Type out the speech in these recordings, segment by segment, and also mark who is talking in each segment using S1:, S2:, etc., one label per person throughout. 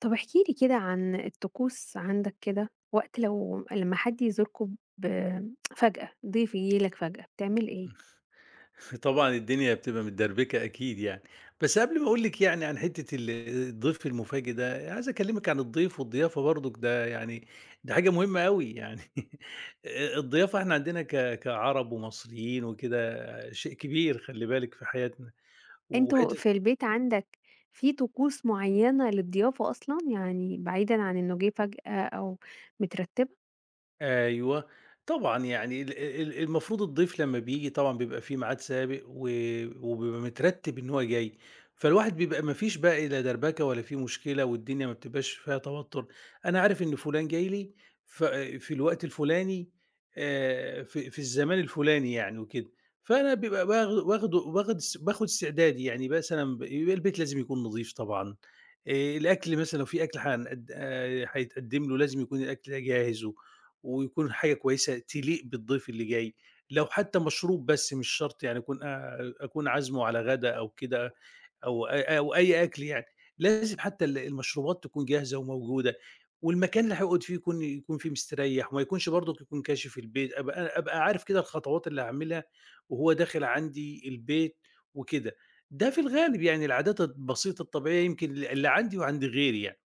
S1: طب احكِ لي كده عن الطقوس عندك كده، وقت لمّا حد يزوركم فجأة، ضيف ييجي لك فجأة، بتعمل إيه؟
S2: طبعًا الدنيا بتبقى متدربكة أكيد يعني، بس قبل ما أقول لِك يعني عن حتّة الضيف المفاجئ ده، عايز أكلمِك عن الضيف والضيافة برضك ده يعني ده حاجة مهمة أوي يعني. الضيافة إحنا عندنا كعرب ومصريين وكده شيء كبير خلّي بالِك في حياتنا،
S1: أنتم
S2: وحتّة.
S1: في البيت عندك في طقوس معيّنة للضيافة أصلًا، يعني بعيدًا عن إنه جِه فجأة أو مترتبة؟
S2: أيوه، طبعًا يعني ال ال المفروض الضيف لمّا بييجي طبعًا بيبقى في ميعاد سابق وبيبقى مترتِّب إن هو جاي، فالواحد بيبقى ما فيش بقى لا دربكة ولا في مشكلة والدنيا ما بتبقاش فيها توتُّر، أنا عارف إن فُلان جاي لي ف في الوقت الفُلاني، في الزمان الفُلاني يعني وكده، فأنا بيبقى باخ واخده واخد اس باخد استعدادي، يعني مثلًا يبقى البيت لازم يكون نضيف طبعًا. الأكل مثلًا لو في أكل هنقد هيتقدّم له لازم يكون الأكل ده جاهز ويكون حاجة كويسة تليق بالضيف اللي جاي، لو حتى مشروب بس مش شرط يعني أكون عازمه على غدا أو كده أو أي أكل يعني، لازم حتى المشروبات تكون جاهزة وموجودة، والمكان اللي هيقعد فيه يكون فيه مستريح وما يكونش برضك يكون كاشف البيت، أبقى عارف كده الخطوات اللي هاعملها وهو داخل عندي البيت وكده، ده في الغالب يعني العادات البسيطة الطبيعية يمكن اللي عندي وعند غيري يعني،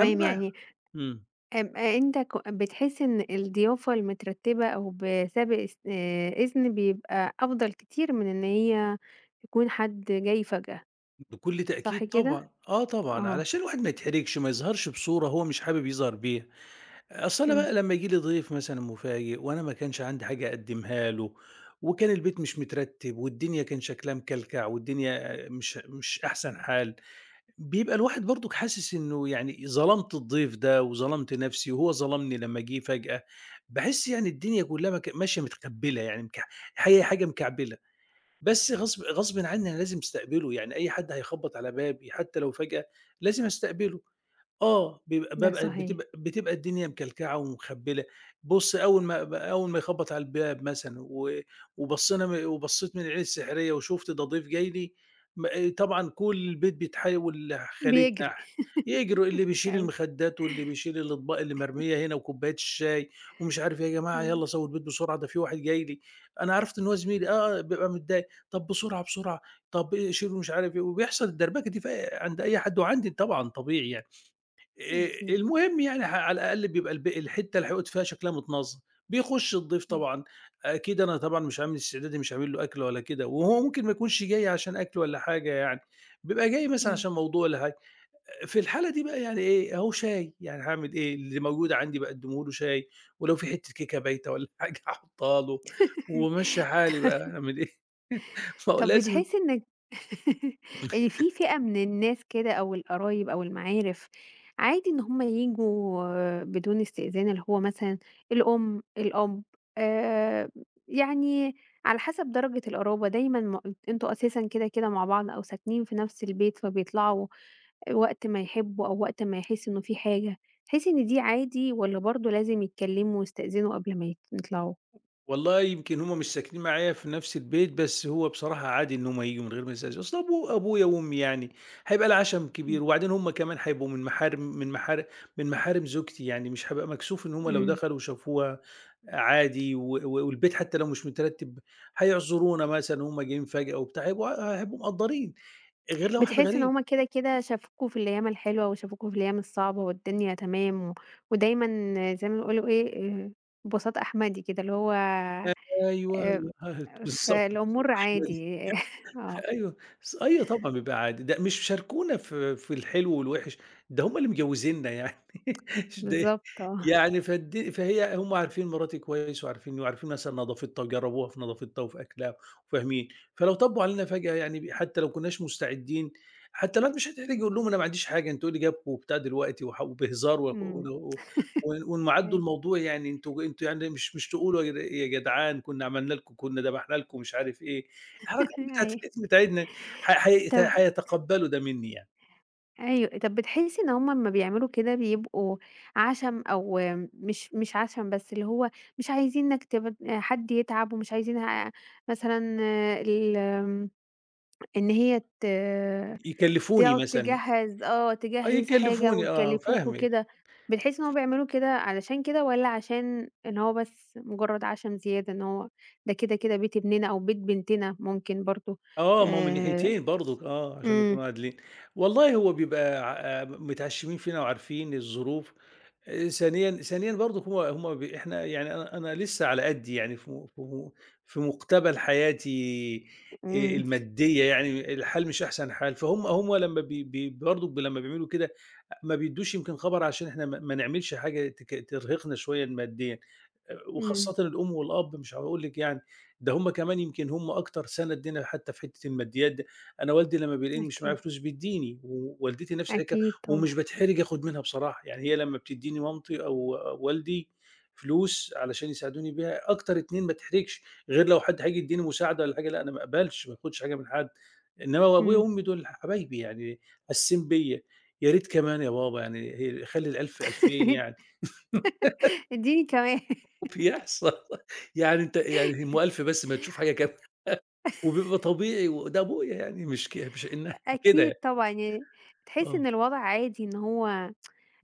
S2: أما بقى،
S1: يعني
S2: إمم.
S1: أنت بتحس إن الضيافة المترتبة أو بسابق إس إذن بيبقى أفضل كتير من إن هي تكون حد جاي فجأة،
S2: بكل
S1: صح
S2: تأكيد
S1: كده؟
S2: طبعًا، آه طبعًا،
S1: آه،
S2: علشان الواحد ما يتحرجش، ما يظهرش بصورة هو مش حابب يظهر بيها، أصل أنا
S1: إمم،
S2: بقى لمّا ييجي لي ضيف مثلًا مفاجئ وأنا ما كانش عندي حاجة أقدّمها له، وكان البيت مش مترتب، والدنيا كان شكلها مكلكع، والدنيا مش أحسن حال، بيبقى الواحد برضك حاسس إنه يعني ظلمت الضيف ده، وظلمت نفسي، وهو ظلمني لمّا جه فجأة، باحس يعني الدنيا كلها ماشية متقبّلة يعني هي حاجة مكعبلة. بس غصبٍ عني أنا لازم أستقبله، يعني أي حد هيخبّط على بابي حتى لو فجأة لازم أستقبله. آه، بيبقى
S1: ده
S2: بابقى
S1: صحيح،
S2: بتبقى بتبقى الدنيا مكلكعة ومخبّلة. بُص أول ما يخبّط على الباب مثلًا و وبصّينا م وبصّيت من العين السحرية وشُفت ده ضيف جاي لي، آه، طبعًا كل البيت بيتحاول
S1: بيجري.
S2: لخالتنا يجروا، اللي بيشيل
S1: أيوه،
S2: المخدات واللي بيشيل الأطباق اللي مرمية هنا وكوبايات الشاي ومش عارف إيه، "يا جماعة
S1: آه،
S2: يالّا سوّوا البيت بسرعة ده في واحد جاي لي." أنا عرفت إن هو زميلي، آه، آه، بيبقى متضايق، "طب بسرعة، بسرعة، طب إيه، شيلوا مش عارف إيه." وبيحصل الدربكة دي في عند أي حد وعندي طبعًا طبيعي يعني.
S1: أكيد،
S2: المهم يعني على الأقل بيبقى الحتّة اللي هيقعد فيها شكلها متنظم، بيخُش الضيف
S1: إمم،
S2: طبعًا، أكيد أنا طبعًا مش عامل استعدادي، مش عامل له أكل ولا كده، وهو ممكن ما يكونش جاي عشان أكل والّا حاجة يعني، بيبقى جاي مثلًا
S1: إمم.
S2: عشان موضوع والّا حاجة. في الحالة دي بقى يعني إيه، أهو شاي، يعني هاعمل إيه، اللي موجود عندي باقدّمه له شاي، ولو في حتّة كيكة بايتة والّا حاجة هاحطّها له، وماشية حالي بقى، هاعمل إيه، ما هو
S1: طب
S2: لازم.
S1: بتحسّي إنِّك إن في فئة من الناس كده أو القرايب أو المعارف عادي إن هم ييجوا بدون استئذان، اللي هو مثلًا الأم، الأب، آآ، يعني على حسب درجة القرابة دايمًا أنتم أساسًا كده، كده مع بعض أو ساكنين في نفس البيت، فبيطلعوا وقت ما يحبّوا أو وقت ما يحسّوا إنه في حاجة، تحسّي إن دي عادي والّا برضه لازم يتكلّموا ويستأذنوا قبل ما يطلعوا؟
S2: والله يمكن هم مش ساكنين معايا في نفس البيت، بس هو بصراحة عادي إن هم ييجوا من غير ما يستأذنوا، أصل أبويا وأمي يعني، هيبقى العشم
S1: إمم.
S2: كبير، وبعدين هم كمان هيبقوا من محارم، من محارم زوجتي، يعني مش هابقى مكسوف إن هم لو
S1: إمم.
S2: دخلوا وشافوها، عادي، و و والبيت حتى لو مش مترتب هيعذرونا مثلًا، وهم جايين فجأة وبتاع، هيبقوا مقدّرين، غير لو واحد
S1: بتحسّي إن
S2: غريب.
S1: هُم كده، كده شافوكوا في الأيام الحلوة وشافوكوا في الأيام الصعبة والدنيا تمام و ودايمًا زي ما بيقولوا إيه، آآ بساط أحمدي كده، اللي هو
S2: أيوه،
S1: آآ
S2: الله،
S1: في
S2: بالضبط،
S1: الأمور
S2: بالضبط.
S1: عادي آه،
S2: أيوه، أيوه طبعًا بيبقى عادي، ده مش شاركونا في الحلو والوِحِش، ده هُم اللي مجوّزيننا يعني، مش ده
S1: بالضبط آه.
S2: يعني فهي هم عارفين مراتي كويس وعارفينّي وعارفين مثلًا نضافتها وجرّبوها في نضافتها وفي أكلها وفاهمين، فلو طبّوا علينا فجأة يعني حتى لو كناش مستعدين، حتى لو مش هتحرجي قُل لهم أنا ما عنديش حاجة، أنتم إيه اللي جابكم وبتاع دلوقتي، وبهزار، و
S1: إمم.
S2: و وإنّهم عدّوا
S1: أيوه.
S2: الموضوع يعني أنتم يعني مش تقولوا، يا جد يا جدعان كُنّا عملنا لكم، كُنّا ذبحنا لكم، مش عارف إيه، الحركات بتاعة
S1: أيوه.
S2: الاسم بتاعتنا، ح حي
S1: طب
S2: هيتقبّلوا ده منّي يعني،
S1: أيوه. طب بتحسّي إن هُم أمّا بيعملوا كده بيبقوا عَشَم أو مش عَشَم بس، اللي هو مش عايزينك حد يتعب ومش عايزين مثلًا ال إن هي
S2: يكلّفوني
S1: تقعد
S2: مثلًا،
S1: تجهّز آه،
S2: آه،
S1: تجهّز حاجة
S2: يكلّفوني، آه،
S1: ويكلّفوك
S2: فاهمِك.
S1: وكده، بتحس إن هُم بيعملوا كده علشان كده والّا عشان إن هو بس مجرّد عشم زيادة إن هو ده كده، كده بيت ابننا أو بيت بنتنا ممكن برضه
S2: آه، ما هو من
S1: آآ
S2: ناحيتين برضك، آه، عشان
S1: إمم،
S2: نكون عادلين. والله هو بيبقى ع آه، متعشمين فينا وعارفين الظروف، ثانيًا برضه هو هم ب إحنا يعني أنا لسه على قدّي، يعني في مقتبل حياتي،
S1: إمم،
S2: المادية يعني الحال مش أحسن حال، هم لمّا بي بي برضه ب لمّا بيعملوا كده ما بيدّوش يمكن خبر عشان إحنا ما نعملش حاجة ترهقنا شوية ماديًا،
S1: إمم،
S2: وخاصةً الأم والأب مش هاقول لِك يعني، ده هم كمان يمكن هم أكتر سَنَد لينا حتى في حتّة الماديات ده، أنا والدي لمّا بيلاقيني مش معايا
S1: أكيد،
S2: فلوس بيدّيني، ووالدتي نفس الحكا،
S1: أكيد
S2: ومش
S1: طبعًا،
S2: باتحرج آخُد منها بصراحة، يعني هي لمّا بتدّيني مامتي أو والدي فلوس علشان يساعدوني بيها، أكتر 2 ما اتحرجش، غير لو حد هييجي يدّيني مساعدة والّا حاجة، لأ أنا ما اقبلش، ما آخُدش حاجة من حد، إنّما هو أبويا
S1: إمم
S2: وأمي دول حبايبي يعني، حاسين بيّا، يا ريت كمان يا بابا يعني هي خلّي ال1000 2000 يعني.
S1: ادّيني كمان
S2: وبيحصل يعني، أنت يعني هم 1000 بس، ما تشوف حاجة كمان، وبيبقى طبيعي، وده أبويا يعني مش إنّها كده
S1: أكيد
S2: يعني،
S1: طبعًا، يعني تحس
S2: آه،
S1: إن الوضع عادي إن هو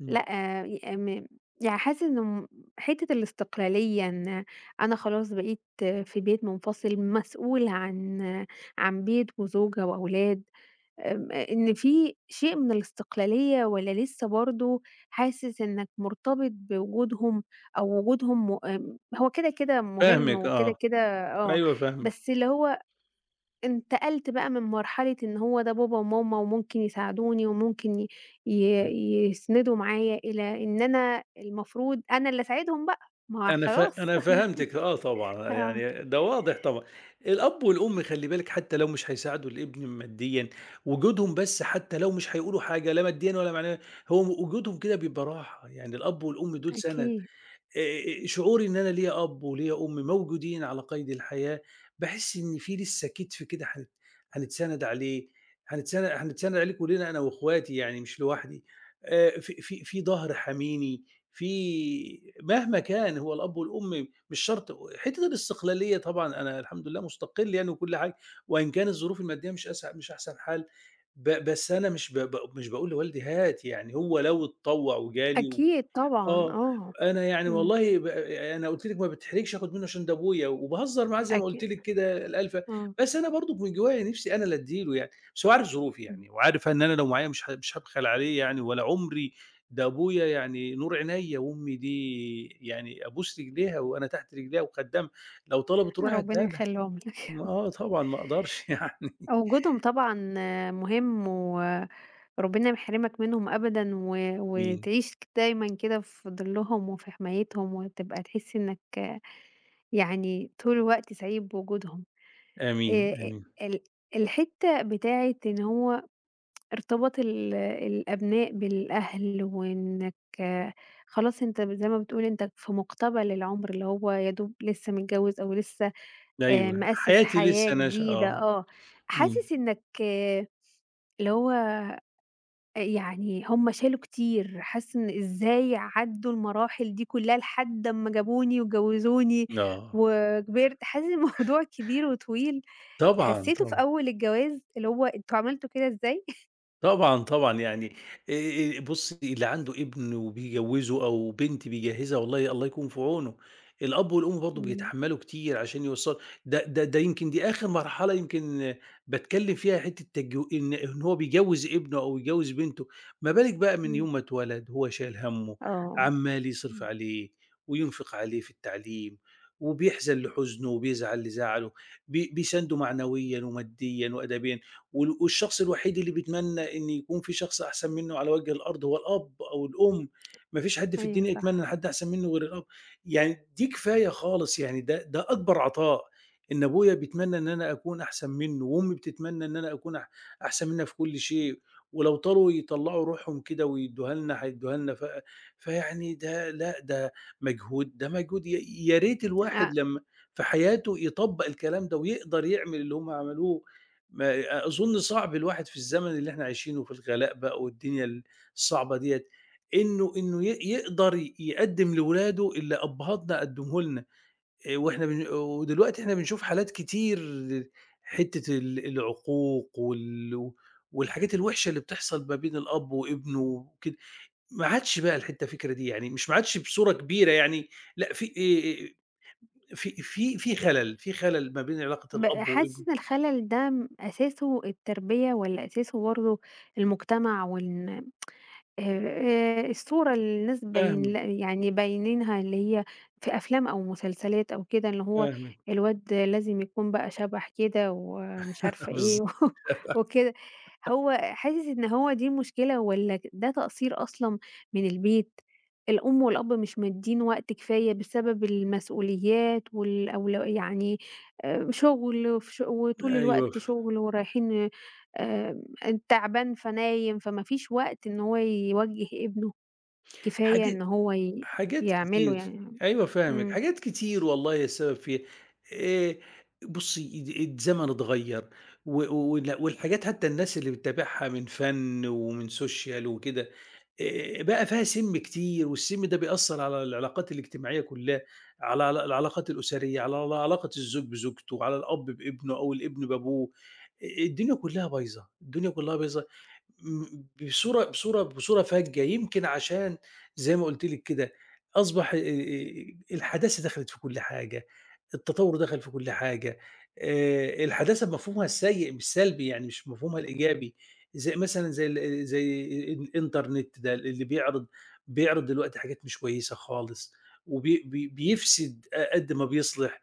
S2: إمم،
S1: لأ، ي م يعني حاسة إنه حتة الاستقلالية إن أنا خلاص بقيت في بيت منفصل، مسؤولة عن بيت وزوجة وأولاد، آمم، إن في شيء من الاستقلالية والّا لسه برضه حاسس إنك مرتبط بوجودهم أو وجودهم م آمم، هو كده، كده مهم
S2: فاهمِك،
S1: وكده،
S2: آه،
S1: كده آه،
S2: أيوه فاهمِك.
S1: بس اللي هو انتقلت بقى من مرحلة إن هو ده بابا وماما وممكن يساعدوني وممكن ي ي يسندوا معايا، إلى إن أنا المفروض أنا اللي أساعدهم بقى، ما هو
S2: أنا ف
S1: خلاص
S2: أنا فهمتِك، آه طبعًا،
S1: آه،
S2: يعني ده واضح طبعًا. الأب والأم خلّي بالِك حتى لو مش هيساعدوا الابن ماديًا، وجودهم بس، حتى لو مش هيقولوا حاجة لا ماديًا ولا معنويًا، هو وجودهم كده بيبقى راحة، يعني الأب والأم دول سَند.
S1: أكيد،
S2: شعوري إن أنا ليّا أب وليّا أم موجودين على قيد الحياة، باحس إن في لسه كتف كده هنتسند عليه، هنتسند عليه كلّنا أنا وأخواتي يعني مش لوحدي، في ضهر حاميني، في مهما كان هو الأب والأم، مش شرط حتّة الاستقلالية طبعًا، أنا الحمد لله مستقل يعني وكل حاجة، وإن كان الظروف المادية مش أحسن حال، بس أنا مش ب ب مش باقول لوالدي هات، يعني هو لو اتطوّع وجالي،
S1: أكيد طبعًا
S2: آه،
S1: آه،
S2: أنا يعني
S1: إمم،
S2: والله أنا قُلت لِك ما باتحرجش آخُد منّه عشان ده أبويا، وباهزّر معاه زي ما قُلت
S1: أكي
S2: لِك كده الألفة،
S1: آه،
S2: بس أنا برضه من جوايا نِفْسي أنا اللي أدّي له يعني، بس هو عارف ظروفي
S1: إمم،
S2: يعني وعارف إن أنا لو معايا مش هابخل عليه يعني ولا عُمري، ده أبويا يعني نور عينيّا، وأمي دي يعني أبوس رجليها وأنا تحت رجليها وخدّامها، لو طلبِت روحي
S1: ربنا
S2: هادّيها لها،
S1: يخلّيهم لك يا
S2: ما
S1: رب.
S2: آه طبعًا ما أقدرش يعني.
S1: وجودهم طبعًا آه، مهم وربنا يحرمك منهم أبدًا و
S2: آمين،
S1: وتعيش دايمًا كده في ضِلّهم وفي حمايتهم وتبقى تحس إنك يعني طول الوقت سعيد بوجودهم.
S2: آمين، آمين.
S1: أ ال الحتّة بتاعة إن هو ارتباط الأبناء بالأهل وإنّك آه، خلاص أنت زي ما بتقول أنت في مُقتبل العُمر، اللي هو يا دوب لسّه متجوّز أو لسّه
S2: أيوه،
S1: مأسِّس
S2: حياتي
S1: حياة
S2: لسه نشأة،
S1: جديدة
S2: آه،
S1: آه.
S2: إمم،
S1: حاسس إنّك آه، اللي هو يعني هم شالوا كتير، حاسة إن إزاي عدّوا المراحل دي كلّها لحد أمّا جابوني وجوّزوني
S2: آه،
S1: وكبرت، حاسة إن الموضوع كبير وطويل،
S2: طبعًا،
S1: حسّيته في
S2: طبعًا.
S1: أول الجواز اللي هو أنتم عملتوا كده إزاي؟
S2: طبعًا، طبعًا، يعني، بُصّي اللي عنده ابن وبيجوّزه أو بنت بيجهّزها، والله الله يكون في عونه، الأب والأم برضه
S1: إمم،
S2: بيتحمّلوا كتير عشان يوصّلوا، ده يمكن دي آخر مرحلة يمكن باتكلّم فيها، حتّة إن هو بيجوّز ابنه أو يجوّز بنته، ما بالِك بقى من
S1: إمم.
S2: يوم ما اتولد هو شايل هَمّه،
S1: آه،
S2: عمّال يصرف
S1: إمم.
S2: عليه وينفق عليه في التعليم، وبيحزن لحزنه وبيزعل لزعله، بيسانده معنويًا وماديًا وأدبيًا. والشخص الوحيد اللي بيتمنى إن يكون في شخص أحسن منّه على وجه الأرض هو الأب أو الأم، ما فيش حد في
S1: أيوه
S2: الدنيا يتمنى إن
S1: صح.
S2: حد أحسن منّه غير الأب، يعني دي كفاية خالص يعني، ده أكبر عطاء، إن أبويا بيتمنى إن أنا أكون أحسن منّه، وأمي بتتمنى إن أنا أكون أحسن منها في كل شيء، ولو طاروا يطلّعوا روحهم كده ويدّوها لنا هيدّوها لنا، فيعني ده لأ، ده مجهود، ده مجهود، يا ريت الواحد
S1: أ
S2: لمّا في حياته يطبّق الكلام ده ويقدر يعمل اللي هم عملوه، ما أظن صعب الواحد في الزمن اللي إحنا عايشينه في الغلاء بقى والدنيا الصعبة ديّة، إنه ي يقدر ي يقدّم لولاده اللي أبهاتنا قدّمه لنا، وإحنا بن ودلوقتي إحنا بنشوف حالات كتير، حتّة العقوق والحاجات الوحشة اللي بتحصل ما بين الأب وابنه وكده، ما عادش بقى الفكرة دي، يعني مش ما عادش بصورة كبيرة يعني، لأ في، في خلل، في خلل ما بين علاقة
S1: ب
S2: الأب
S1: حاسة
S2: وابنه.
S1: إن الخلل ده أساسه التربية والّا أساسه برضه المجتمع وإن الصورة اللي الناس باين ل
S2: فاهمِك،
S1: يعني باينينها اللي هي في أفلام أو مسلسلات أو كده، اللي هو
S2: فاهمِك،
S1: الواد لازم يكون بقى شبح كده ومش عارفة
S2: بالض
S1: إيه و وكده، هو حاسس إن هو دي مشكلة والّا ده تقصير أصلًا من البيت، الأم والأب مش مادّين وقت كفاية بسبب المسؤوليات يعني شغل وطول
S2: أيوه،
S1: الوقت شغل ورايحين آآ تعبان فنايم، فما فيش وقت إن هو يوجّه ابنه، كفاية
S2: حاجة
S1: إن هو
S2: حاجات
S1: يعمل له
S2: كتير،
S1: يعني
S2: أيوه فاهمِك،
S1: إمم،
S2: حاجات كتير والله السبب فيها، آآ بُصّي الزمن اتغيّر، و وال والحاجات حتى الناس اللي بتتابعها من فن ومن social وكده، بقى فيها سِم كتير، والسِم ده بيأثّر على العلاقات الاجتماعية كلّها، على العلاقات الأسرية، على علاقة الزوج بزوجته، على الأب بابنه أو الابن بأبوه، الدنيا كلّها بايظة، الدنيا كلّها بايظة، بصورة فَجّة، يمكن عشان زي ما قُلت لِك كده، أصبح الحداثة دخلت في كل حاجة، التطوّر دخل في كل حاجة، الحداثة بمفهومها السيء مش سلبي، يعني مش بمفهومها الإيجابي، زي مثلًا زي الإنترنت ده اللي بيعرض دلوقتي حاجات مش كويسة خالص، وبي بي بيفسد قد ما بيصلح.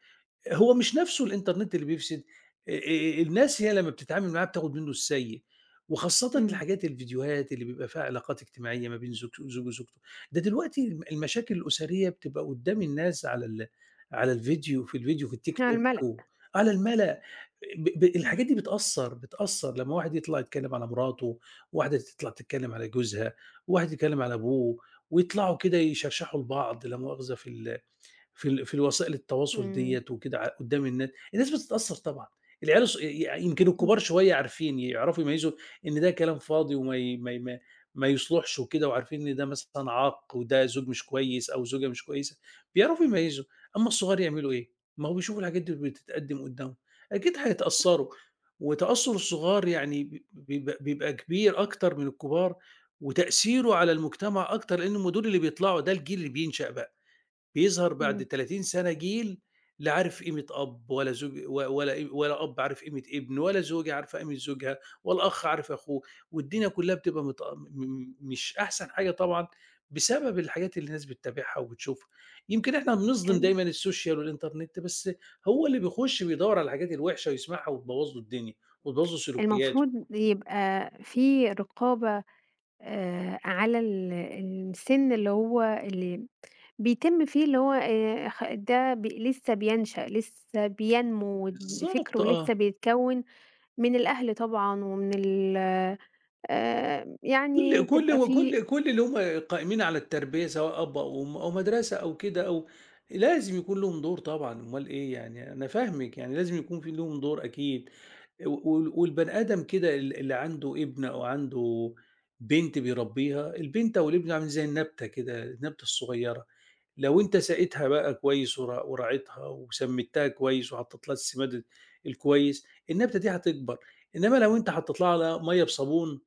S2: هو مش نَفْسه الإنترنت اللي بيفسد، آآ الناس هي لمّا بتتعامل معاه بتاخُد منّه السيّء، وخاصةً
S1: إمم،
S2: الفيديوهات اللي بيبقى فيها علاقات اجتماعية ما بين زوج وزوجته، ده دلوقتي المشاكل الأسرية بتبقى قُدّام الناس على الفيديو، في الفيديو، في التيك
S1: على
S2: توك،
S1: المَلأ،
S2: و على المَلأ، ب ب
S1: إمم،
S2: الحاجات دي بتأثّر لمّا واحد يطلع يتكلّم على مراته، وواحدة تطلع تتكلّم على جوزها، وواحد يتكلّم على أبوه، ويطلعوا كده يشرشحوا لبعض لا مؤاخذة في الوسائل التواصل
S1: إمم،
S2: ديّة وكده، قدّام الناس، الناس بتتأثّر طبعًا، العيال الص ي يمكن
S1: أكيد،
S2: الكبار شوية عارفين، يعرفوا يميّزوا إن ده كلام فاضي وما ي ما ي ما ما يصلحش وكده، وعارفين إن ده مثلًا عاق، وده زوج مش كويس أو زوجة مش كويسة، بيعرفوا يميّزوا، أمّا الصغار يعملوا إيه؟ ما هو بيشوفوا الحاجات دي بتتقدّم قدّامهم، أكيد هيتأثّروا، وتأثُّر الصغار يعني ب بيبقى بيبقى كبير أكتر من الكبار، وتأثيره على المجتمع أكتر، لإن هم دول اللي بيطلعوا، ده الجيل اللي بينشأ بقى. بيظهر بعد
S1: إمم،
S2: 30 سنة جيل لا عارف قيمة أب ولا زوج، و ولا ولا أب عارف قيمة ابن، ولا زوجة عارفة قيمة زوجها، ولا أخ عارف أخوه، والدنيا كلّها بتبقى مش أحسن حاجة طبعًا، بسبب الحاجات اللي الناس بتتابعها وبتشوفها. يمكن إحنا بنظلم
S1: كان
S2: دايمًا السوشيال والإنترنت، بس هو اللي بيخش بيدوّر على الحاجات الوحشة ويسمعها وتبوّظ له الدنيا وتبوّظ له سلوكياته.
S1: المفروض يبقى في رقابة على السِن اللي هو اللي بيتم فيه اللي هو خ ده لسه بينشأ، لسه بينمو
S2: بالضبط
S1: فكره
S2: آه.
S1: لسه بيتكوّن، من الأهل طبعًا ومن ال يعني
S2: كل كل
S1: تبقى في
S2: وكل كل اللي هم قائمين على التربية سواء أب أو أم أو مدرسة أو كده، أو لازم يكون لهم دور طبعًا، أمّال إيه يعني، أنا فاهمِك يعني لازم يكون في لهم دور أكيد، و وال والبني آدم كده، اللي عنده ابن أو عنده بنت بيربيها، البنت أو الابن عامل زي النبتة كده، النبتة الصغيرة. لو أنت ساقيتها بقى كويس، وراعيتها وسمّيتها كويس وحطّيت لها السماد الكويس، النبتة دي هتكبر، إنّما لو أنت حطّيت لها على مَيّة بصابون،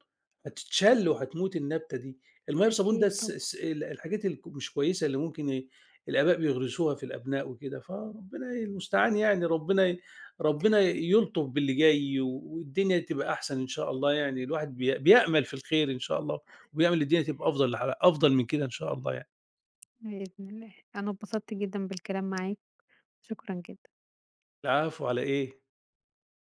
S2: هتتشل وهتموت النبتة دي، المَيّة بصابون ده
S1: أكيد
S2: الس
S1: طبعًا،
S2: الس ال الحاجات مش كويسة اللي ممكن ي الآباء بيغرسوها في الأبناء وكده، فربنا المستعان، يعني ربنا يلطف باللي جاي، والدنيا تبقى أحسن إن شاء الله يعني، الواحد بيأمل في الخير إن شاء الله، وبيأمل الدنيا تبقى أفضل، أفضل من كده إن شاء الله يعني.
S1: بإذن الله. أنا اتبسطت جدًا بالكلام معاك، شكرًا جدًا.
S2: العفو على إيه؟